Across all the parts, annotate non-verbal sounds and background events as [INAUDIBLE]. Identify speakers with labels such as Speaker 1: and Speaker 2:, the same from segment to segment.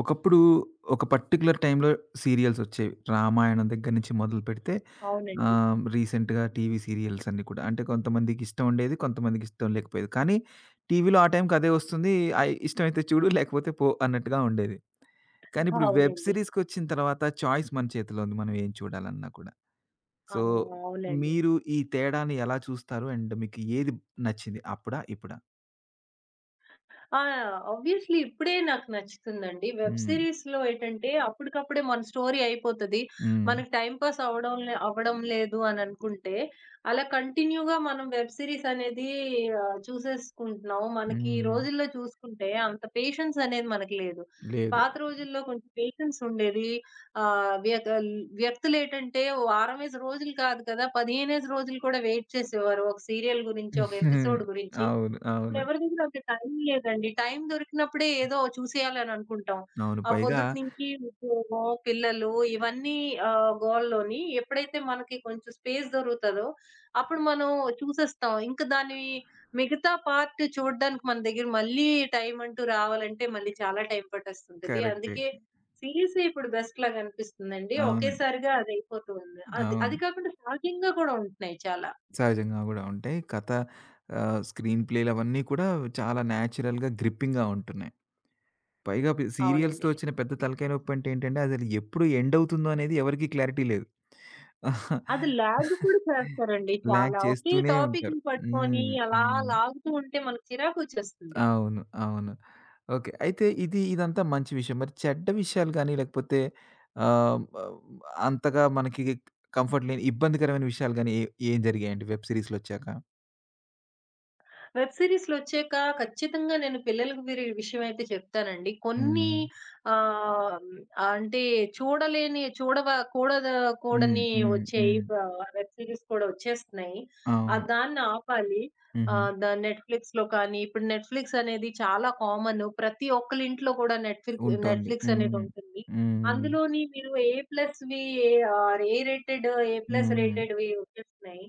Speaker 1: ఒకప్పుడు ఒక పర్టిక్యులర్ టైంలో సీరియల్సొచ్చేవి. 'రామాయణం' దగ్గర నుంచి మొదలుపెడితే
Speaker 2: అవునండి.
Speaker 1: రీసెంట్‌గా టీవీ సీరియల్స్ అన్నీ కూడా. అంటే కొంతమందికిష్టం ఉండేది, కొంతమందికి ఇష్టం లేకపోయేది. కానీ టీవీలో ఆ టైంకి అదే వస్తుంది. ఇష్టమైతే చూడు లేకపోతే పో అన్నట్టుగా ఉండేది. కానీ ఇప్పుడు వెబ్
Speaker 2: అవునండి.
Speaker 1: సీరీస్‌కొచ్చిన తర్వాత చాయిస్ మన చేతిలో ఉంది. మనం ఏం చూడాలన్నా కూడా.
Speaker 2: ఆ!
Speaker 1: సో,
Speaker 2: అవునండి.
Speaker 1: మీరు ఈ తేడాని ఎలా చూస్తారు? అండ్ మీకు ఏది నచ్చింది? అప్పుడా? ఇప్పుడా?
Speaker 2: ఆ! ఆబ్వియస్‌లీ ఇప్పుడే నాకు నచ్చుతుందండి. వెబ్
Speaker 1: హ్మ్.
Speaker 2: సీరీస్‌లో ఏటంటే అప్పటికప్పుడే మన స్టోరీ అయిపోతది.
Speaker 1: హ్మ్.
Speaker 2: మనకు టైమ్ పాస్ అవ్వడం లేదు అని అనుకుంటే, అలా కంటిన్యూ‌గా మనం వెబ్ సీరీస్ అనేది చూసేసుకుంటున్నాం. మనకి ఈ
Speaker 1: హ్మ్.
Speaker 2: రోజుల్లో చూసుకుంటే అంత పేషెన్స్ అనేది మనకు లేదు.
Speaker 1: లేదు.
Speaker 2: పాత రోజుల్లో కొంచెం పేషెన్స్ ఉండేది. ఆహ్, వ్యక వ్యక్తులేటంటే వారమేసి రోజులు కాదు కదా! 15 రోజులు కూడా వెయిట్ చేసేవారు ఒక సీరియల్ గురించి, ఒక ఎపిసోడ్
Speaker 1: [LAUGHS]
Speaker 2: గురించి.
Speaker 1: అవును. అవును.
Speaker 2: ఇప్పుడెవరి దగ్గర అంత టైం లేదండి. టైం దొరికినప్పుడే ఏదో చూసేయాలని అనుకుంటాం.
Speaker 1: అవును.
Speaker 2: ఆ
Speaker 1: పైగా
Speaker 2: పొద్దుటి నుంచి ఉద్యోగం, పిల్లలు ఇవన్నీ గోలలోని ఎప్పుడైతే మనకి కొంచెం స్పేస్ దొరుకుతదో, అప్పుడు మనం చూసేస్తాం. ఇంక దాని మిగతా పార్ట్ చూడడానికి మన దగ్గర మళ్ళీ టైం అంటూ రావాలంటే మళ్ళీ చాలా టైం పట్టేస్తుంటది.
Speaker 1: కరెక్టే.
Speaker 2: అందుకే సీరీసే ఇప్పుడు బెస్ట్ లాగా అనిపిస్తుందండి.
Speaker 1: అవును.
Speaker 2: ఒకేసారిగా అదయిపోతూ ఉంది. అది అది
Speaker 1: అవును.
Speaker 2: కాకుండా షాకింగ్‌గా కూడా ఉంటున్నాయి చాలా.
Speaker 1: సహజంగా గూడా ఉంటాయి. స్క్రీన్ ప్లేలవన్నీ కూడా చాలా న్యాచురల్‌గా, గ్రిప్పింగ్‌గా ఉంటున్నాయి. పైగా సీరియల్స్‌తో
Speaker 2: అవునండి.
Speaker 1: వచ్చిన పెద్ద తలకాయ నొప్పంటే ఏంటంటే, అసలు ఎప్పుడు ఎండ్ అవుతుందో అనేది ఎవరికీ క్లారిటీ లేదు.
Speaker 2: అది లాగ్ కూడా
Speaker 1: [LAUGHS]
Speaker 2: చేస్తారండి
Speaker 1: లాగ్
Speaker 2: చాలా. ఒకే
Speaker 1: చేస్తూనే ఉంటారు.
Speaker 2: టాపిక్‌ని పట్టుకొని
Speaker 1: హ్మ్.
Speaker 2: అలా
Speaker 1: హ్మ్.
Speaker 2: లాగుతూ ఉంటే మనకు చిరాకొచ్చేస్తుంది.
Speaker 1: అవును. అవును. ఓకే. అయితే ఇదంతా మంచి విషయం. మరి చెడ్డ విషయాలు గాని, లేకపోతే ఆహ్, ఆహ్, అంతగా మనకి కంఫర్ట్ లేని ఇబ్బందికరమైన విషయాలు గాని, ఏం జరిగాయండి వెబ్ సీరీస్‌లొచ్చాక?
Speaker 2: వెబ్ సీరీస్‌లొచ్చాక ఖచ్చితంగా నేను పిల్లలకి వీరి విషయమైతే చెప్తానండి. కొన్ని
Speaker 1: హ్మ్.
Speaker 2: ఆహ్, అంటే చూడలేని చూడవ కూడద
Speaker 1: హ్మ్.
Speaker 2: కూడని
Speaker 1: హ్మ్.
Speaker 2: వచ్చేయి
Speaker 1: హ్మ్.
Speaker 2: బ వెబ్ సీరీస్ కూడా వచ్చేస్తున్నాయి.
Speaker 1: అవును.
Speaker 2: దాన్ని ఆపాలి.
Speaker 1: హుహు.
Speaker 2: ఆహ్, ద నెట్‌ఫ్లిక్స్‌లో కానీ ఇప్పుడు నెట్‌ఫ్లిక్స్ అనేది చాలా కామన్. ప్రతి ఒక్కళ్ళ ఇంట్లో కూడా నెట్‌ఫ్లిక్
Speaker 1: ఉంటుంది.
Speaker 2: నెట్‌ఫ్లిక్స్
Speaker 1: హ్మ్.
Speaker 2: అనేదుంటుంది.
Speaker 1: హ్మ్.
Speaker 2: అందులోని మీరు ఏ ప్లస్‌వి or A rated, A plus
Speaker 1: హ్మ్.
Speaker 2: రేటెడ్‌వి వచ్చేస్తున్నాయి.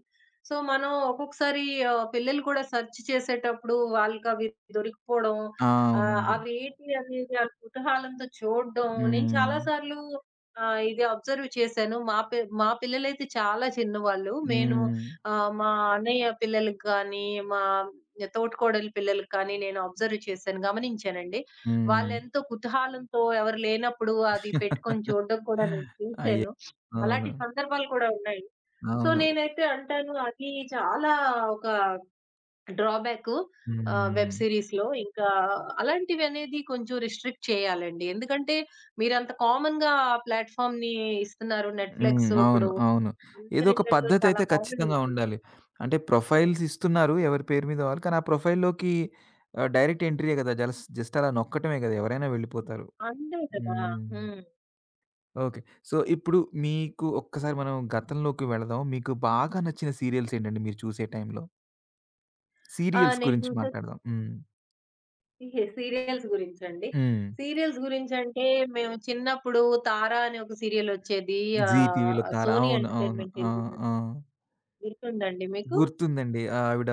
Speaker 2: సో, మనం ఒక్కొక్కసారి పిల్లలు కూడా సెర్చ్ చేసేటప్పుడు వాళ్ళకవి దొరికిపోవడం,
Speaker 1: ఆ! అవునండి.
Speaker 2: అవేంటి అనేది ఆళ్ళు కుతూహలంతో చూడడం. నేను
Speaker 1: హ్మ్.
Speaker 2: చాలా సార్లు ఇది అబ్జర్వ్ చేశాను. మా పిల్లలైతే చాలా చిన్నవాళ్ళు. నేను
Speaker 1: హ్మ్.
Speaker 2: మా అన్నయ్య పిల్లలకి గానీ, మా తోటికోడలి పిల్లలకి కానీ నేను అబ్జర్వ్ చేశాను, గమనించానండి.
Speaker 1: హ్మ్.
Speaker 2: వాళ్ళెంతో కుతూహలంతో ఎవరు లేనప్పుడు
Speaker 1: అయ్యో!
Speaker 2: అది పెట్టుకొని
Speaker 1: [LAUGHS]
Speaker 2: చూడడం కూడా నేను చూసాను.
Speaker 1: అవును.
Speaker 2: అలాంటి సందర్భాలు కూడా ఉన్నాయి. సో,
Speaker 1: అవును.
Speaker 2: నేనైతే అంటాను అది చాలా ఒక డ్రాబ్యాకు వెబ్
Speaker 1: హ్మ్.
Speaker 2: సీరీస్‌లో. ఇంకా అలాంటివనేది కొంచెం రిస్ట్రిక్ట్ చేయాలండి. ఎందుకంటే మీరంత కామన్‌గా ఆ ప్లాట్‌ఫార్మ్‌ని ఇస్తున్నారు.
Speaker 1: హ్మ్.
Speaker 2: నెట్‌ఫ్లిక్స్
Speaker 1: అవును.
Speaker 2: ఇప్పుడు
Speaker 1: అవును. ఏదో
Speaker 2: అందరి
Speaker 1: ఒక
Speaker 2: ఇళ్లల్లో చాలా
Speaker 1: పద్ధతయితే
Speaker 2: కామన్
Speaker 1: ఖచ్చితంగా
Speaker 2: అయిపోయింది.
Speaker 1: ఉండాలి. అంటే ప్రొఫైల్స్ ఇస్తున్నారు ఎవరి పేరు మీద వాళ్ళు. కానీ ఆ ప్రొఫైల్‌లోకి డైరెక్ట్ ఎంట్రీయే కదా! జస్ట్ అలా నొక్కటమే కదా! ఎవరైనా వెళ్ళిపోతారు.
Speaker 2: అంతే కదా!
Speaker 1: హ్మ్.
Speaker 2: హ్మ్.
Speaker 1: ఓకే. సో, ఇప్పుడు మీకు ఒక్కసారి మనం గతంలోకి వెళదాం. మీకు బాగా నచ్చిన సీరియల్స్ ఏంటండి మీరు చూసే టైంలో?
Speaker 2: ఆ!
Speaker 1: సీరియల్స్
Speaker 2: నేను
Speaker 1: గురించి
Speaker 2: చూసే
Speaker 1: మాట్లాడదాం. హ్మ్.
Speaker 2: సీ సీరియల్స్ గురించండి.
Speaker 1: హ్మ్.
Speaker 2: సీరియల్స్ గురించంటే మేము చిన్నప్పుడు 'తార' అనే ఒక సీరియల్ ఒచ్చేది,
Speaker 1: జీ టీవీలో 'తార'.
Speaker 2: సోనీ
Speaker 1: అవును. అవును.
Speaker 2: ఎంటర్‌టైన్‌మెంట్
Speaker 1: ఆ! ఆ!
Speaker 2: టెలివిజన్‌లో. గుర్తుందాండి మీకు?
Speaker 1: గుర్తుందండి. ఆవిడ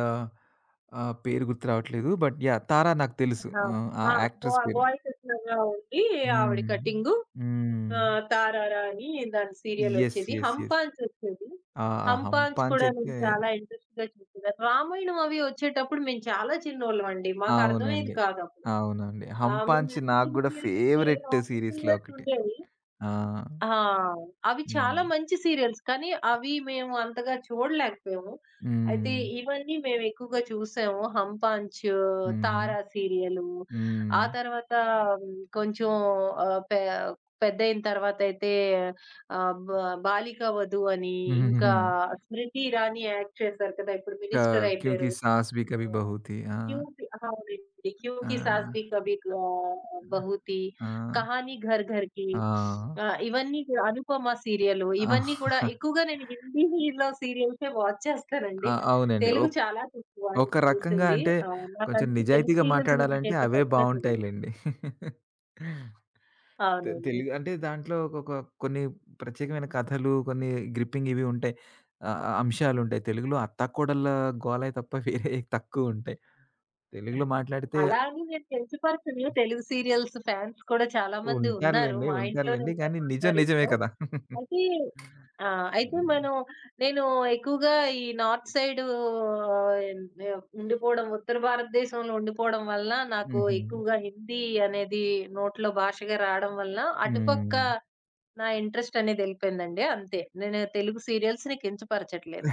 Speaker 1: ఆహ్, పేరు గుర్తు రావట్లేదు. But yeah! 'తారా' నాకు తెలుసు.
Speaker 2: ఆ!
Speaker 1: ఆ
Speaker 2: ఆ!
Speaker 1: యాక్ట్రెస్ పేరు.
Speaker 2: బాయ్ కట్లర్‌లా ఉండి ఆవిడ
Speaker 1: హ్మ్.
Speaker 2: కటింగు.
Speaker 1: హ్మ్.
Speaker 2: 'తారారా' అని దాని
Speaker 1: యెస్.
Speaker 2: సీరియలొచ్చేది.
Speaker 1: యెస్. యెస్.
Speaker 2: 'హంపాంచ్' వచ్చేది.
Speaker 1: ఆ!
Speaker 2: 'హంపాంచ్'
Speaker 1: 'హంపాంచ్'
Speaker 2: కూడా నేను
Speaker 1: అయితే
Speaker 2: చాలా ఇంట్రెస్ట్‌గా చూసేదాన్ని. రామాయణం అవి వచ్చేటప్పుడు మేము చాలా చిన్నోళ్ళమండి. మాకు అర్థమయ్యేది
Speaker 1: అవునండి.
Speaker 2: కాదప్పుడు.
Speaker 1: అవునండి.
Speaker 2: ఆ! మేము
Speaker 1: 'హంపాంచ్'
Speaker 2: అంటే
Speaker 1: నాకు
Speaker 2: చిన్న
Speaker 1: గూడా
Speaker 2: పిల్లలమైతే,
Speaker 1: ఫేవరెట్
Speaker 2: ఆ 2, 3
Speaker 1: సీరీస్‌లో
Speaker 2: ఇయర్స్
Speaker 1: ఒకటి.
Speaker 2: ఉండేవి.
Speaker 1: ఆ!
Speaker 2: ఆ! అవి
Speaker 1: హ్మ్.
Speaker 2: చాలా మంచి సీరియల్స్. కానీ అవి మేము అంతగా చూడలేకపోయాము. అయితే
Speaker 1: హ్మ్.
Speaker 2: ఇవన్నీ మేము ఎక్కువగా చూసాము. 'హమ్ పాంచ్',
Speaker 1: హుహు.
Speaker 2: 'తారా' సీరియలు. ఆ
Speaker 1: హ్మ్.
Speaker 2: తర్వాత హ్మ్, కొంచెం ఆహ్, పె పెద్దయిన తర్వాతయితే ఆహ్, బ 'బాలిక వధు' అని, ఇంకా 'స్మృతి ఇరానీ' యాక్ట్ చేశారు కదా! ఇప్పుడు
Speaker 1: క
Speaker 2: మినిస్టర్
Speaker 1: 'క్యూంకి
Speaker 2: అయిపోయారు.
Speaker 1: సాస్ భీ
Speaker 2: अ,
Speaker 1: కభీ బహూ థీ'. ఆ!
Speaker 2: क्यों की हाँ, ऑलरेडी, क्यों
Speaker 1: ఆ!
Speaker 2: की सास भी कभी बहू थी.
Speaker 1: ఆ!
Speaker 2: కహాని ఘర్ ఘర్ కి,
Speaker 1: ఆ!
Speaker 2: ఇవన్నీ కూడా 'అనుపమ' సీరియలు ఇవన్నీ కూడా
Speaker 1: ఆ!
Speaker 2: ఎక్కువగా నేను హిందీలో సీరియల్సే వాచ్
Speaker 1: ఆ!
Speaker 2: చేస్తానండి.
Speaker 1: అవునండి.
Speaker 2: తెలుగు చాలా తక్కువ
Speaker 1: ఒక
Speaker 2: నేను
Speaker 1: రకంగా
Speaker 2: చూసింది.
Speaker 1: అంటే కొంచెం
Speaker 2: నాకందుకు తెలుగు
Speaker 1: నిజాయితీగా
Speaker 2: సీరియల్స్ గురించి
Speaker 1: మాట్లాడాలంటే
Speaker 2: అయితే
Speaker 1: అవే
Speaker 2: పెద్దగా తెలీదు.
Speaker 1: బావుంటాయిలెండి.
Speaker 2: అవునండి.
Speaker 1: తెలుగు అంటే దాంట్లో కొన్ని ప్రత్యేకమైన కథలు, కొన్ని గ్రిప్పింగ్ ఇవి ఉంటాయి. ఆహ్, ఆహ్, అంశాలుంటాయి. తెలుగులో అత్తాకోడళ్ళ గోలే తప్ప వేరే తక్కువుంటాయి. తెలుగులో మాట్లాడితే
Speaker 2: అలా అని నేను కించపరచను. తెలుగు సీరియల్స్ ఫ్యాన్స్ కూడా చాలా మంది ఉన్నారు.
Speaker 1: ఉంటారులెండి.
Speaker 2: మా ఇంట్లోనే
Speaker 1: ఉంటారులెండి.
Speaker 2: ఉన్నారు,
Speaker 1: కానీ
Speaker 2: మా
Speaker 1: నిజమే
Speaker 2: అత్తారింట్లో.
Speaker 1: కదా!
Speaker 2: అయితే ఆ! అయితే
Speaker 1: హ్మ్.
Speaker 2: మనం, నేను ఎక్కువగా ఈ నార్త్ సైడు ఉండిపోవడం, ఉత్తర భారతదేశంలో ఉండిపోవడం వల్ల నాకు
Speaker 1: హుహు.
Speaker 2: ఎక్కువగా హిందీ అనేది నోట్లో భాషగా రావడం వల్ల అటుపక్క
Speaker 1: హ్మ్.
Speaker 2: నా ఇంట్రెస్ట్ అనేది ఎళ్ళిపోయిందండి అంతే. నేను తెలుగు సీరియల్స్‌ని కించపరచట్లేదు.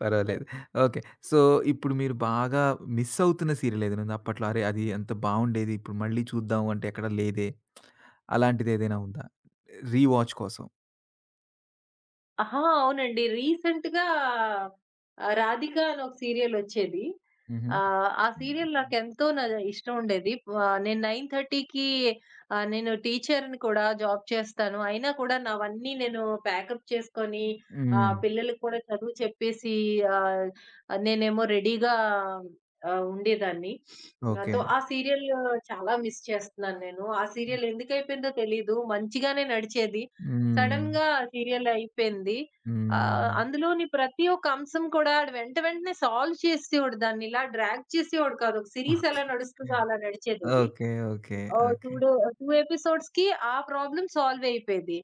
Speaker 1: పర్వాలేదు. ఓకే. సో, ఇప్పుడు మీరు బాగా మిస్ అవుతున్న సీరియల్ ఏదైనా ఉందా? అప్పట్లో అరే! అది ఎంత బావుండేది. ఇప్పుడు మళ్ళీ చూద్దాం అంటే ఎక్కడ లేదే. అలాంటిదేదైనా ఉందా? రీ వాచ్ కోసం.
Speaker 2: ఆహా! అవునండి. రీసెంట్‌గా 'రాధిక' అని ఒక సీరియలొచ్చేది.
Speaker 1: హుహు.
Speaker 2: ఆ సీరియల్ నాకెంతో నా ఇష్టం ఉండేది. నేను 9:30కి, నేను టీచర్‌ని కూడా, జాబ్ చేస్తాను. అయినా కూడా నావన్నీ నేను ప్యాకప్ చేసుకొని,
Speaker 1: హ్మ్.
Speaker 2: పిల్లలకి కూడా చదువు చెప్పేసి, ఆహ్, నేనేమో రెడీగా ఉండేదాన్ని.
Speaker 1: ఓకే.
Speaker 2: నాతో ఆ సీరియల్ చాలా మిస్ చేస్తున్నాను నేను. ఆ సీరియల్ ఎందుకైపోయిందో తెలీదు. మంచిగానే నడిచేది.
Speaker 1: హ్మ్.
Speaker 2: సడెన్‌గా సీరియల్ అయిపోయింది.
Speaker 1: హ్మ్.
Speaker 2: అందులోని ప్రతి ఒక్క అంశం కూడా ఆడు వెంట వెంటనే సాల్వ్ చేసేసేవాడు. దాన్ని ఇలా డ్రాగ్ చేసేవాడు కాదు. ఒక సీరీస్
Speaker 1: ఓకే.
Speaker 2: ఎలా నడుస్తుందో అలా నడిచేదది.
Speaker 1: ఓకే. ఓకే.
Speaker 2: ఆహ్,
Speaker 1: ఓకే.
Speaker 2: 2 డే 2 ఎపిసోడ్స్‌కి ఆ ప్రాబ్లమ్ సాల్వ్ అయిపోయేది.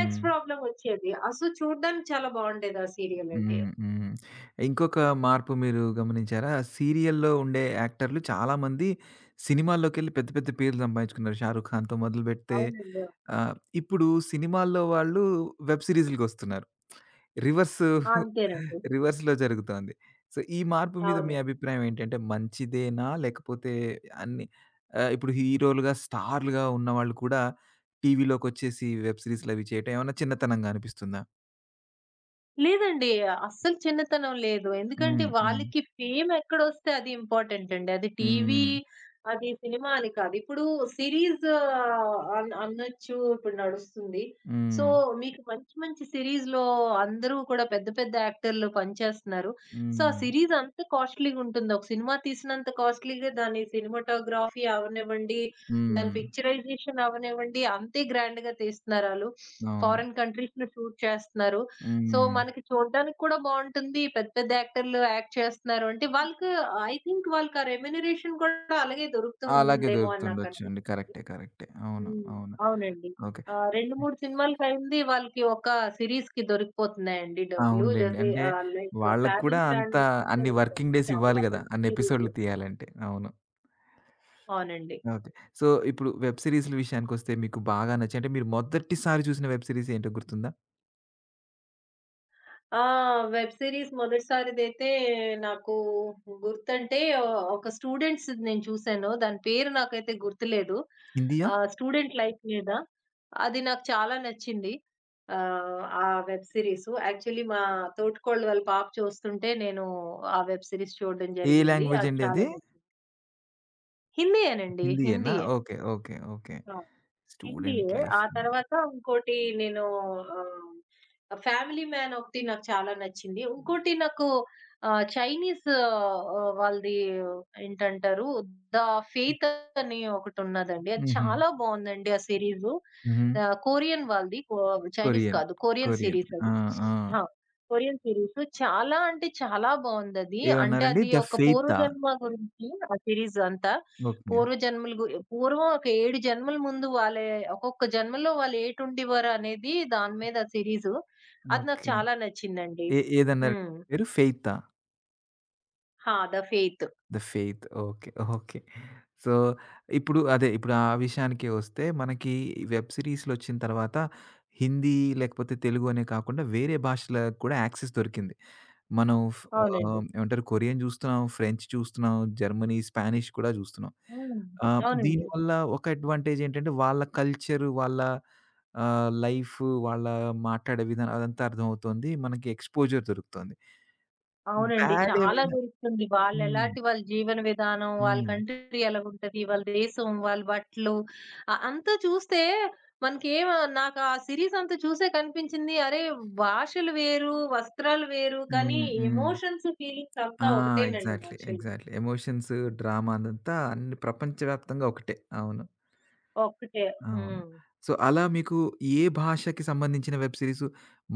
Speaker 2: నెక్స్ట్ ప్రాబ్లమ్ వచ్చేది. అసలు చూడడానికి చాలా బాగుండేది ఆ సీరియల్ అండి.
Speaker 1: హ్మ్. హ్మ్. ఇంకొక మార్పు మీరు గమనించారా? సీరియల్‌లో ఉండే యాక్టర్‌లు చాలామంది సినిమాల్లోకెళ్ళి పెద్ద పెద్ద పేర్లు సంపాదించుకున్నారు. 'షారుఖ్ ఖాన్‌తో' మొదలుపెడితే
Speaker 2: అవునండి.
Speaker 1: ఇప్పుడు సినిమాల్లో వాళ్ళు వెబ్ సీరీస్‌లకొస్తున్నారు. రివర్స్
Speaker 2: ఆ! అంతేనండి.
Speaker 1: రివర్స్‌లో జరుగుతోంది. సో, ఈ మార్పు మీద మీ
Speaker 2: అవును.
Speaker 1: అభిప్రాయం ఏంటంటే మంచిదేనా? లేకపోతే అన్ని ఇప్పుడు హీరోలుగా, స్టార్లుగా ఉన్నవాళ్ళు కూడా టీవీలోకొచ్చేసి వెబ్ సీరీస్‌లవి చేయటం ఏమన్నా చిన్నతనంగా అనిపిస్తుందా?
Speaker 2: లేదండి. అస్సలు చిన్నతనం లేదు. ఎందుకంటే
Speaker 1: హ్మ్. హ్మ్.
Speaker 2: వాళ్ళకి ఫేమ్ ఎక్కడొస్తే అది ఇంపార్టెంట్ అండి. అది టీవీ,
Speaker 1: హ్మ్.
Speaker 2: అది సినిమా అని కాదు. ఇప్పుడు సీరీస్ అనొచ్చు ఇప్పుడు నడుస్తుంది. సో,
Speaker 1: హ్మ్.
Speaker 2: మీకు మంచి మంచి సీరీస్‌లో అందరూ కూడా పెద్ద పెద్ద యాక్టర్లు పనిచేస్తున్నారు. సో, ఆ
Speaker 1: హ్మ్.
Speaker 2: సీరీస్ అంత కాస్ట్‌లీగా ఉంటుంది. ఒక సినిమా తీసినంత కాస్ట్‌లీగా దాని సినిమాటోగ్రఫీ అవ్వనివ్వండి, దాని
Speaker 1: హ్మ్.
Speaker 2: పిక్చరైజేషన్ అవ్వనివ్వండి, అంతే గ్రాండ్‌గా తీస్తున్నారు ఆళ్ళు.
Speaker 1: అవును.
Speaker 2: ఫారిన్ కంట్రీస్‌లో షూట్ చేస్తున్నారు. సో,
Speaker 1: హ్మ్.
Speaker 2: మనకి చూడడానికి కూడా బావుంటుంది. పెద్ద పెద్ద యాక్టర్‌లు యాక్ట్ చేస్తున్నారు అంటే వాళ్ళకి ఐ థింక్ వాళ్ళకి ఆ రెమ్యునరేషన్ కూడా అలాగే
Speaker 1: అలాగే
Speaker 2: దొరుకుతుందేమో అని నాకనిపిస్తుంది.
Speaker 1: దొరుకుతుండొచ్చండి. కరెక్టే. కరెక్టే. అవును.
Speaker 2: హ్మ్.
Speaker 1: అవును.
Speaker 2: అవునండి.
Speaker 1: ఓకే.
Speaker 2: 2, 3 సినిమాలకయింది వాళ్ళకి ఒక సీరీస్‌కి దొరికిపోతున్నాయండి డబ్బులు.
Speaker 1: అవునులెండి.
Speaker 2: జస్ట్
Speaker 1: అంటే
Speaker 2: లైక్
Speaker 1: వాళ్ళకి
Speaker 2: 'ఫ్యామిలీ
Speaker 1: కూడా అంత
Speaker 2: మాన్' మీరు చూసే
Speaker 1: అన్ని
Speaker 2: ఉంటారు.
Speaker 1: వర్కింగ్ డేస్
Speaker 2: చాలా
Speaker 1: ఇవ్వాలి గదా!
Speaker 2: మంచి
Speaker 1: అన్ని
Speaker 2: సీరీస్.
Speaker 1: ఎపిసోడ్‌లు తీయాలంటే. అవును.
Speaker 2: అవునండి.
Speaker 1: ఓకే. సో, ఇప్పుడు వెబ్ సీరీస్‌ల విషయానికొస్తే మీకు బాగా నచ్చి అంటే మీరు మొదటిసారి చూసిన వెబ్ సీరీస్ ఏంటో గుర్తుందా?
Speaker 2: ఆ! వెబ్ సీరీస్ మొదటిసారిదైతే నాకు గుర్తంటే ఒక స్టూడెంట్స్‌ది నేను చూసాను. దాని పేరు నాకైతే గుర్తులేదు.
Speaker 1: హిందీయా?
Speaker 2: స్టూడెంట్ లైఫ్ మీద. అది నాకు చాలా నచ్చింది. ఆ వెబ్ సీరీసు. యాక్చువల్లీ మా తోటికోడలు వాళ్ళ పాప చూస్తుంటే నేను ఆ వెబ్ సీరీస్ చూడడం
Speaker 1: ఏ
Speaker 2: జరిగింది.
Speaker 1: లాంగ్వేజ్
Speaker 2: అది
Speaker 1: అండి
Speaker 2: చాలా
Speaker 1: అది?
Speaker 2: నచ్చింది. హిందీయేనండి.
Speaker 1: హిందీయేనా?
Speaker 2: హిందీయే.
Speaker 1: Okay. Okay. Okay. Student
Speaker 2: NDA.
Speaker 1: Life.
Speaker 2: ఆ తర్వాత ఇంకోటి నేను 'ఫ్యామిలీ మ్యాన్' ఒకటి నాకు చాలా నచ్చింది. ఇంకోటి నాకు చైనీస్ వాళ్ళది ఏంటంటారు 'ద ఫెయిత్' అని ఒకటున్నదండి. అది
Speaker 1: హుహు.
Speaker 2: చాలా బావుందండి ఆ సీరీసు.
Speaker 1: హుహు.
Speaker 2: కొరియన్ వాళ్ళది. Chinese
Speaker 1: Korean.
Speaker 2: కాదు. Korean
Speaker 1: Korean.
Speaker 2: సీరీస్
Speaker 1: ఆ!
Speaker 2: అది.
Speaker 1: ఆ!
Speaker 2: ఆ! Korean series. చాలా, అంటే చాలా బావుందది. అంటే
Speaker 1: ఏమన్నారండి?
Speaker 2: అది
Speaker 1: ద
Speaker 2: ఒక
Speaker 1: ఫెయితా?
Speaker 2: పూర్వజన్మ గురించి ఆ సీరీస్ అంతా.
Speaker 1: ఓకే.
Speaker 2: పూర్వజన్మల గు పూర్వం ఒక 7 జన్మల ముందు వాళ్ళే ఒక్కొక్క జన్మలో వాళ్ళు ఏటుండేవారు అనేది దాని మీద సీరీసు. అది నాకు
Speaker 1: ఓకే.
Speaker 2: చాలా నచ్చిందండి.
Speaker 1: ఏదన్నారండి
Speaker 2: హ్మ్.
Speaker 1: పేరు? ఫెయితా?
Speaker 2: ఆ! 'The faith'
Speaker 1: the faith. Okay. Okay. So, ఇప్పుడు ఆ విషయానికే వస్తే మనకి వెబ్ సీరీస్‌లొచ్చిన తర్వాత హిందీ లేకపోతే తెలుగు అనే కాకుండా వేరే భాషలకు కూడా యాక్సెస్ దొరికింది. మనం ఫ్
Speaker 2: అవునండి.
Speaker 1: ఆహ్, ఏమంటారు కొరియన్ చూస్తున్నాం, ఫ్రెంచ్ చూస్తున్నాం, జర్మనీ, స్పానిష్ కూడా చూస్తున్నాం.
Speaker 2: హ్మ్. అవునండి.
Speaker 1: దీనివల్ల ఒక అడ్వాంటేజ్ ఏంటంటే వాళ్ళ కల్చర్, వాళ్ళ లైఫ్, వాళ్ళ మాట్లాడే విధానం అదంతా అర్థమవుతుంది. మనకి ఎక్స్‌పోజర్ దొరుకుతుంది.
Speaker 2: అవునండి.
Speaker 1: బ్యాడ్
Speaker 2: చాలా
Speaker 1: ఏమైనా
Speaker 2: దొరుకుతుంది.
Speaker 1: హ్మ్.
Speaker 2: వాళ్ళెలాటి, వాళ్ళ జీవన విధానం, వాళ్ళ
Speaker 1: హ్మ్.
Speaker 2: కంట్రీ ఎలాగుంటది, వాళ్ళ దేశం, వాళ్ళ బట్టలు అంతా చూస్తే మనకేం, నాకు ఆ సీరీస్ అంతా చూసే కనిపించింది. అరే! భాషలు వేరు, వస్త్రాలు వేరు, కానీ
Speaker 1: హ్మ్. హ్మ్.
Speaker 2: ఎమోషన్స్, ఫీలింగ్స్
Speaker 1: ఆ!
Speaker 2: అంతా ఒకటేనండి
Speaker 1: ఎగ్జాక్ట్‌లీ.
Speaker 2: మనుషులు.
Speaker 1: ఎగ్జాక్ట్‌లీ. ఎమోషన్స్, డ్రామా అదంతా అన్ని ప్రపంచవ్యాప్తంగా ఒకటే. అవును.
Speaker 2: ఒక్కటే.
Speaker 1: అవును.
Speaker 2: హ్మ్.
Speaker 1: సో, అలా మీకు ఏ భాషకి సంబంధించిన వెబ్ సీరీస్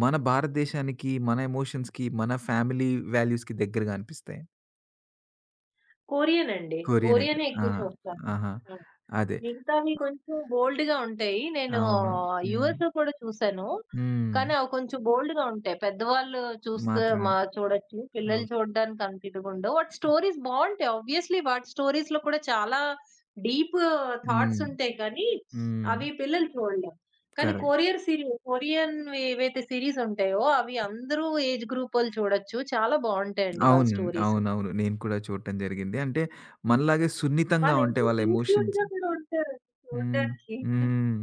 Speaker 1: మన భారతదేశానికి, మన ఎమోషన్స్‌కి, మన ఫ్యామిలీ వాల్యూస్‌కి దగ్గరగా అనిపిస్తాయి?
Speaker 2: కొరియన్ అండి.
Speaker 1: కొరియనే కదా!
Speaker 2: కొరియనే
Speaker 1: ఆ!
Speaker 2: ఎక్కువ చూస్తాను నేను.
Speaker 1: ఆహా!
Speaker 2: ఆ!
Speaker 1: అదే.
Speaker 2: మిగతావి కొంచెం బోల్డ్‌గా ఉంటాయి. నేను
Speaker 1: అవును. హ్మ్.
Speaker 2: యూఎస్‌లో కూడా చూసాను.
Speaker 1: హ్మ్.
Speaker 2: కానీ అవి కొంచెం బోల్డ్‌గా ఉంటాయి. పెద్దవాళ్ళు చూస్తే
Speaker 1: మాత్రమే.
Speaker 2: మా చూడొచ్చు. పిల్లలు
Speaker 1: ఓకే.
Speaker 2: చూడడానికి అంత ఇదిగా ఉండవు. వాటి స్టోరీస్ బావుంటాయి. ఆబ్వియస్‌లీ వాటి స్టోరీస్‌లో కూడా చాలా డీప్ థాట్స్
Speaker 1: హ్మ్.
Speaker 2: ఉంటాయి కానీ,
Speaker 1: హ్మ్.
Speaker 2: అవి పిల్లలు చూడలేరు. కానీ
Speaker 1: కరెక్ట్.
Speaker 2: కొరియర్ సీరియల్, కొరియన్‌వి ఏవైతే సీరీస్ ఉంటాయో అవి అందరూ ఏజ్ గ్రూప్ వాళ్ళు చూడొచ్చు. చాలా బావుంటాయండి వాళ్ళ
Speaker 1: అవునండి.
Speaker 2: స్టోరీస్.
Speaker 1: అవునవును. నేను కూడా చూడటం జరిగింది. అంటే మనలాగే సున్నితంగా
Speaker 2: వాళ్ళు ఎంత
Speaker 1: ఉంటాయి వాళ్ళ
Speaker 2: క్యూట్
Speaker 1: ఎమోషన్స్.
Speaker 2: క్యూట్‌గా కూడా ఉంటారండి
Speaker 1: హ్మ్.
Speaker 2: చూడడానికి.
Speaker 1: హ్మ్.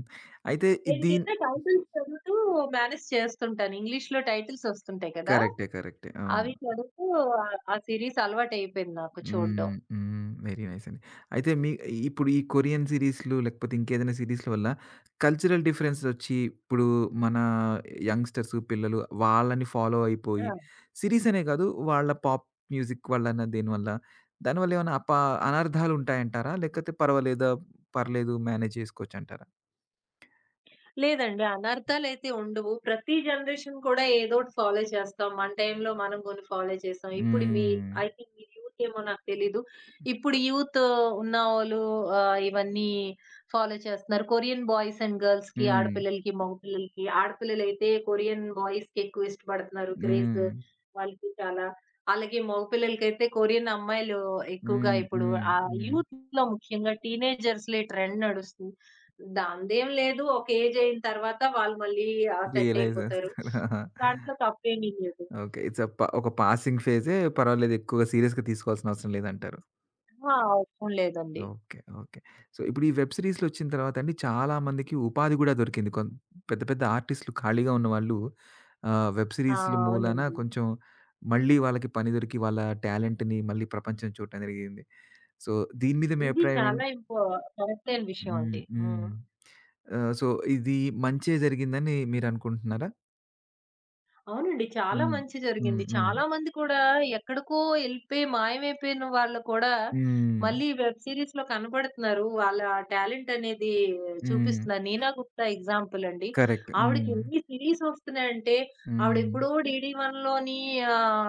Speaker 1: అయితే ఇ
Speaker 2: నేను
Speaker 1: దీన్
Speaker 2: కింద టైటిల్స్ చదువుతూ మేనేజ్ చేస్తుంటాను. ఇంగ్లీష్‌లో టైటిల్స్ వస్తుంటాయి కదా!
Speaker 1: కరెక్టే. కరెక్టే. అవును.
Speaker 2: అవి చదువుతూ ఆ ఆ సీరీస్ అలవాటయిపోయింది నాకు చూడడం.
Speaker 1: హ్మ్. హ్మ్. వెరీ నైస్ అండి. అయితే మీ ఇప్పుడు ఈ కొరియన్ సీరీస్‌లు లేకపోతే ఇంకేదైనా సీరీస్‌ల వల్ల కల్చరల్ డిఫరెన్సొచ్చి ఇప్పుడు మన యంగ్‌స్టర్స్ పిల్లలు వాళ్ళని ఫాలో
Speaker 2: ఆ!
Speaker 1: అయిపోయి సీరీస్ అనే కాదు వాళ్ళ పాప్ మ్యూజిక్ వల్లన దేనివల్ల దానివల్ల ఏమైనా అనర్థాలుంటాయంటారా? లేకపోతే పర్వాలేదా పర్లేదు మేనేజ్ చేసుకోవచ్చంటారా?
Speaker 2: లేదండి. అనర్థాలైతే ఉండవు. ప్రతి జనరేషన్ కూడా ఏదోటి ఫాలో చేస్తాం. మన టైంలో మనం కొన్ని ఫాలో చేసాం. ఇప్పుడు మీ
Speaker 1: హ్మ్.
Speaker 2: ఐ థింక్ మీ యూత్ ఏమో నాకు తెలీదు. ఇప్పుడు యూత్ ఉన్నవోళ్ళు ఇవన్నీ ఫాలో చేస్తున్నారు. కొరియన్ బాయ్స్ అండ్ గర్ల్స్‌కి,
Speaker 1: హ్మ్.
Speaker 2: ఆడపిల్లలకి, మగపిల్లలకి, ఆడపిల్లలైతే కొరియన్ బాయ్స్‌కి ఎక్కువ ఇష్టపడుతున్నారు. క్రేజ్
Speaker 1: హ్మ్.
Speaker 2: వాళ్ళకి చాలా. అలాగే మగపిల్లలకైతే కొరియన్ అమ్మాయిలు ఎక్కువగా
Speaker 1: హ్మ్.
Speaker 2: ఇప్పుడు
Speaker 1: హ్మ్.
Speaker 2: ఆ
Speaker 1: హ్మ్.
Speaker 2: యూత్‌లో ముఖ్యంగా టీనేజర్స్‌లో ఈ ట్రెండ్ నడుస్తుంది. దాందేం లేదు. ఒక ఏజ్ అయిన తర్వాత వాళ్ళు మళ్ళీ సెట్
Speaker 1: రియలైజ్
Speaker 2: అయిపోతారు.
Speaker 1: చేస్తారు. ఆహా!
Speaker 2: దాంట్లో తప్పేమీ లేదు.
Speaker 1: ఓకే. ఇట్స్ ఎ ప ఒక పాసింగ్ ఫేజే పర్వాలేదు ఎక్కువగా సీరియస్‌గా తీసుకోవాల్సిన అవసరం లేదంటారు.
Speaker 2: ఆ! అవసరం లేదండి.
Speaker 1: ఓకే. ఓకే. సో, ఇప్పుడు ఈ వెబ్ సీరీస్‌లొచ్చిన తర్వాత అండి చాలా మందికి ఉపాధి గూడా దొరికింది. పెద్ద పెద్ద ఆర్టిస్ట్‌లు ఖాళీగా ఉన్నవాళ్ళు వెబ్
Speaker 2: ఆ!
Speaker 1: సీరీస్‌ల మూలాన
Speaker 2: అవునండి.
Speaker 1: కొంచెం మళ్ళీ వాళ్ళకి పని దొరికి వాళ్ళ టాలెంట్‌ని మళ్ళీ ప్రపంచం చూడటం జరిగింది. సో, దీని మీద మీ
Speaker 2: ఇది
Speaker 1: అభిప్రాయం ఏంటి?
Speaker 2: చాలా కరెక్ట్ అయిన విషయం
Speaker 1: హ్మ్.
Speaker 2: అండి.
Speaker 1: హ్మ్.
Speaker 2: హ్మ్.
Speaker 1: సో, ఇది మంచే జరిగిందని మీరనుకుంటున్నారా?
Speaker 2: అవునండి. చాలా
Speaker 1: హ్మ్.
Speaker 2: మంచి
Speaker 1: హ్మ్.
Speaker 2: జరిగింది.
Speaker 1: హ్మ్.
Speaker 2: చాలా మంది కూడా ఎక్కడికో ఎళ్ళిపోయి మాయమైపోయిన వాళ్ళు కూడా
Speaker 1: హ్మ్.
Speaker 2: మళ్ళీ ఈ వెబ్ సీరీస్‌లో కనపడుతున్నారు. వాళ్ళ టాలెంట్ అనేది
Speaker 1: హ్మ్.
Speaker 2: చూపిస్తున్నారు. 'నీనా గుప్తా' ఎగ్జాంపుల్ అండి.
Speaker 1: కరెక్ట్.
Speaker 2: ఆవిడకి
Speaker 1: హ్మ్.
Speaker 2: ఎన్ని సీరీస్ వస్తున్నాయంటే,
Speaker 1: హ్మ్.
Speaker 2: ఆవిడెప్పుడో 'డీడీ వన్‌లోని'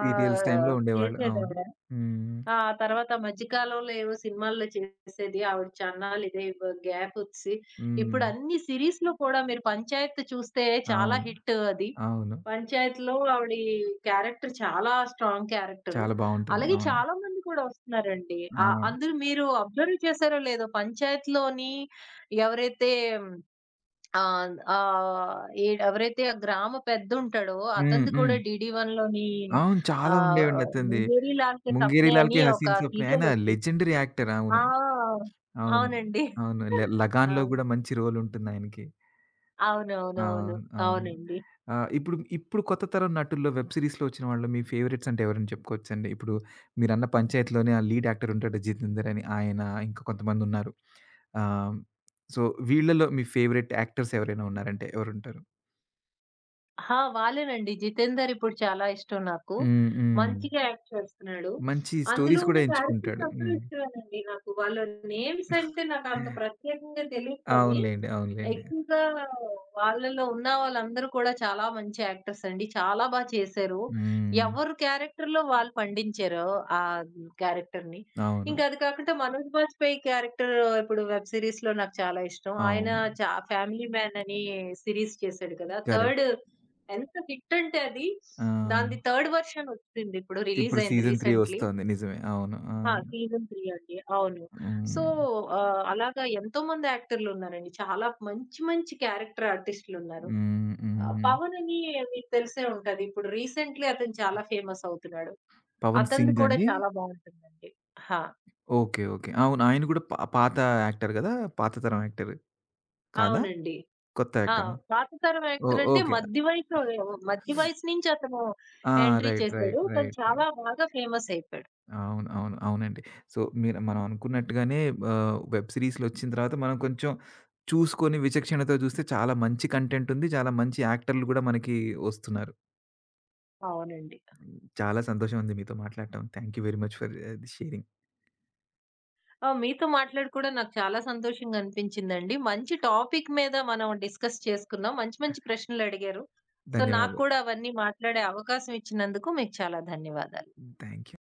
Speaker 1: సీరియల్స్ టైమ్‌లో ఉండేవాళ్ళు. అవును.
Speaker 2: చేసేదావిడ.
Speaker 1: హ్మ్.
Speaker 2: ఆ! తర్వాత మధ్యకాలంలో ఏవో సినిమాల్లో చేసేది. ఆవిడ చన్నాలిదే గ్యాపొచ్చి,
Speaker 1: హ్మ్.
Speaker 2: ఇప్పుడు అన్ని సిరీస్‌లో కూడా మీరు 'పంచాయత్' చూస్తే, చాలా
Speaker 1: అవును.
Speaker 2: హిట్ అది.
Speaker 1: అవును.
Speaker 2: 'పంచాయత్‌లో' ఆవిడి క్యారెక్టర్ చాలా స్ట్రాంగ్ క్యారెక్టరు.
Speaker 1: చాలా బావుంటుంది.
Speaker 2: అలాగే
Speaker 1: అవును.
Speaker 2: చాలా మంది కూడా వస్తున్నారండి.
Speaker 1: ఆ!
Speaker 2: అందులో మీరు అబ్జర్వ్ చేశారో లేదో 'పంచాయత్‌లోని' ఎవరైతే ఆ! ఈడ ఎవరైతే ఆ గ్రామ పెద్దుంటాడో
Speaker 1: హ్మ్.
Speaker 2: అతనిది కూడా
Speaker 1: హ్మ్.
Speaker 2: 'డీడీ వన్‌లోని'
Speaker 1: అవును. చాలా
Speaker 2: ఆహ్,
Speaker 1: ఉండేవండి అతనిది.
Speaker 2: 'ముంగేరి లాల్కే
Speaker 1: 'ముంగేరి
Speaker 2: సప్నే'
Speaker 1: లాల్‌కి
Speaker 2: అని ఒక
Speaker 1: హసీన్ సప్నే'. ఆయన
Speaker 2: సీరియలొచ్చేది.
Speaker 1: Legendary actor.
Speaker 2: ఆ!
Speaker 1: అవును. అవును.
Speaker 2: అవునండి.
Speaker 1: అవును. 'లగాన్‌లో'
Speaker 2: అవును.
Speaker 1: గూడా మంచి రోల్ ఉంటుందాయనకి.
Speaker 2: అవునవునవును.
Speaker 1: అవును. అవును.
Speaker 2: అవునండి.
Speaker 1: ఆహ్, ఇప్పుడు ఇప్పుడు కొత్త తరం నటుల్లో వెబ్ సీరీస్‌లో వచ్చిన వాళ్ళు మీ ఫేవరెట్స్ అంటే ఎవరని చెప్పుకోవచ్చండి? ఇప్పుడు మీరన్న 'పంచాయత్‌లోనే' ఆ లీడ్ యాక్టర్ ఉంటాడు 'జితేందర్' అని ఆయన ఇంకా కొంతమందున్నారు. ఆహ్, సో, వీళ్ళలో మీ ఫేవరెట్ యాక్టర్స్ ఎవరైనా ఉన్నారంటే ఎవరుంటారు?
Speaker 2: ఆ! వాళ్ళేనండి. 'జితేందర్' ఇప్పుడు చాలా ఇష్టం నాకు.
Speaker 1: హ్మ్. హ్మ్.
Speaker 2: మంచిగా యాక్ట్ చేస్తున్నాడు.
Speaker 1: మంచి
Speaker 2: అందులో
Speaker 1: స్టోరీస్ కూడా
Speaker 2: ఉన్న క్యారెక్టర్స్
Speaker 1: ఎంచుకుంటాడు.
Speaker 2: అందరూ
Speaker 1: హ్మ్.
Speaker 2: ఇష్టమేనండి నాకు. వాళ్ళ నేమ్స్ అంటే నాకంత ప్రత్యేకంగా తెలీదు కానీ,
Speaker 1: అవునులెండి. అవునులెండి.
Speaker 2: ఎక్కువగా వాళ్ళలో ఉన్న వాళ్ళందరూ కూడా చాలా మంచి యాక్టర్స్ అండి. చాలా బా చేశారు.
Speaker 1: హ్మ్.
Speaker 2: ఎవరు క్యారెక్టర్‌లో వాళ్ళు పండించారో ఆ క్యారెక్టర్‌ని.
Speaker 1: అవును.
Speaker 2: ఇంకా అది కాకుండా మనోజ్ బాజ్పేయి క్యారెక్టర్ ఇప్పుడు వెబ్ సీరీస్‌లో నాకు చాలా ఇష్టం. ఆయన
Speaker 1: అవును.
Speaker 2: 'ఫ్యామిలీ మ్యాన్' అని సీరీస్ చేశాడు కదా!
Speaker 1: కరెక్ట్.
Speaker 2: థర్డ్, ఎంత హిట్ అంటే అది,
Speaker 1: ఆ!
Speaker 2: దానిది థర్డ్ వెర్షన్ వచ్చింది. ఇప్పుడు రిలీజ్
Speaker 1: ఇప్పుడు
Speaker 2: అయింది
Speaker 1: సీజన్ 3
Speaker 2: రీసెంట్‌లీ.
Speaker 1: వస్తోంది. నిజమే. అవును. ఆ!
Speaker 2: ఆ! సీజన్ 3 అండి. అవును. సో,
Speaker 1: హ్మ్.
Speaker 2: అలాగా ఎంతోమంది యాక్టర్‌లున్నారండి. చాలా మంచి, మంచి క్యారెక్టర్ ఆర్టిస్ట్‌లున్నారు.
Speaker 1: హ్మ్. హ్మ్.
Speaker 2: 'పవన్' అని మీకు తెలిసే ఉంటది. ఇప్పుడు రీసెంట్‌లీ అతను చాలా ఫేమస్ అవుతున్నాడు.
Speaker 1: 'పవన్
Speaker 2: అతనిది
Speaker 1: సింగ్'
Speaker 2: కూడా
Speaker 1: అండి?
Speaker 2: చాలా బావుంటుందండి. హా!
Speaker 1: ఓకే. ఓకే. అవును. ఆయన కూడా పాత యాక్టర్ గదా! పాత తరం యాక్టర్ కాదా?
Speaker 2: అవునండి.
Speaker 1: కొత్త
Speaker 2: ఆ!
Speaker 1: యాక్టరా?
Speaker 2: పాత తరం
Speaker 1: ఓహ్!
Speaker 2: యాక్టర్ అంటే
Speaker 1: ఓకే.
Speaker 2: మధ్య వయసు, మధ్య వయసు నుంచి అతను
Speaker 1: ఆ!
Speaker 2: Entry
Speaker 1: right.
Speaker 2: చేశాడు.
Speaker 1: రైట్.
Speaker 2: తను
Speaker 1: రైట్. రైట్.
Speaker 2: చాలా బాగా ఫేమస్ అయిపోయాడు.
Speaker 1: అవును. అవును. అవునండి. సో, మీరు మనం అనుకున్నట్టుగానే వెబ్ సీరీస్‌లొచ్చిన తర్వాత మనం కొంచెం చూసుకొని విచక్షణతో చూస్తే చాలా మంచి కంటెంట్ ఉంది. చాలా మంచి యాక్టర్లు గూడా మనకి వస్తున్నారు.
Speaker 2: అవునండి.
Speaker 1: చాలా సంతోషం ఉంది మీతో మాట్లాడటం. Thank you very much for sharing.
Speaker 2: ఆ! మీతో మాట్లాడి కూడా నాకు చాలా సంతోషంగా అనిపించిందండి. మంచి టాపిక్ మీద మనం డిస్కస్ చేసుకున్నాం. మంచి మంచి ప్రశ్నలడిగారు. సో, నాకు
Speaker 1: ధన్యవాదాలు.
Speaker 2: కూడా అవన్నీ మాట్లాడే అవకాశం ఇచ్చినందుకు మీకు చాలా ధన్యవాదాలు.
Speaker 1: Thank you.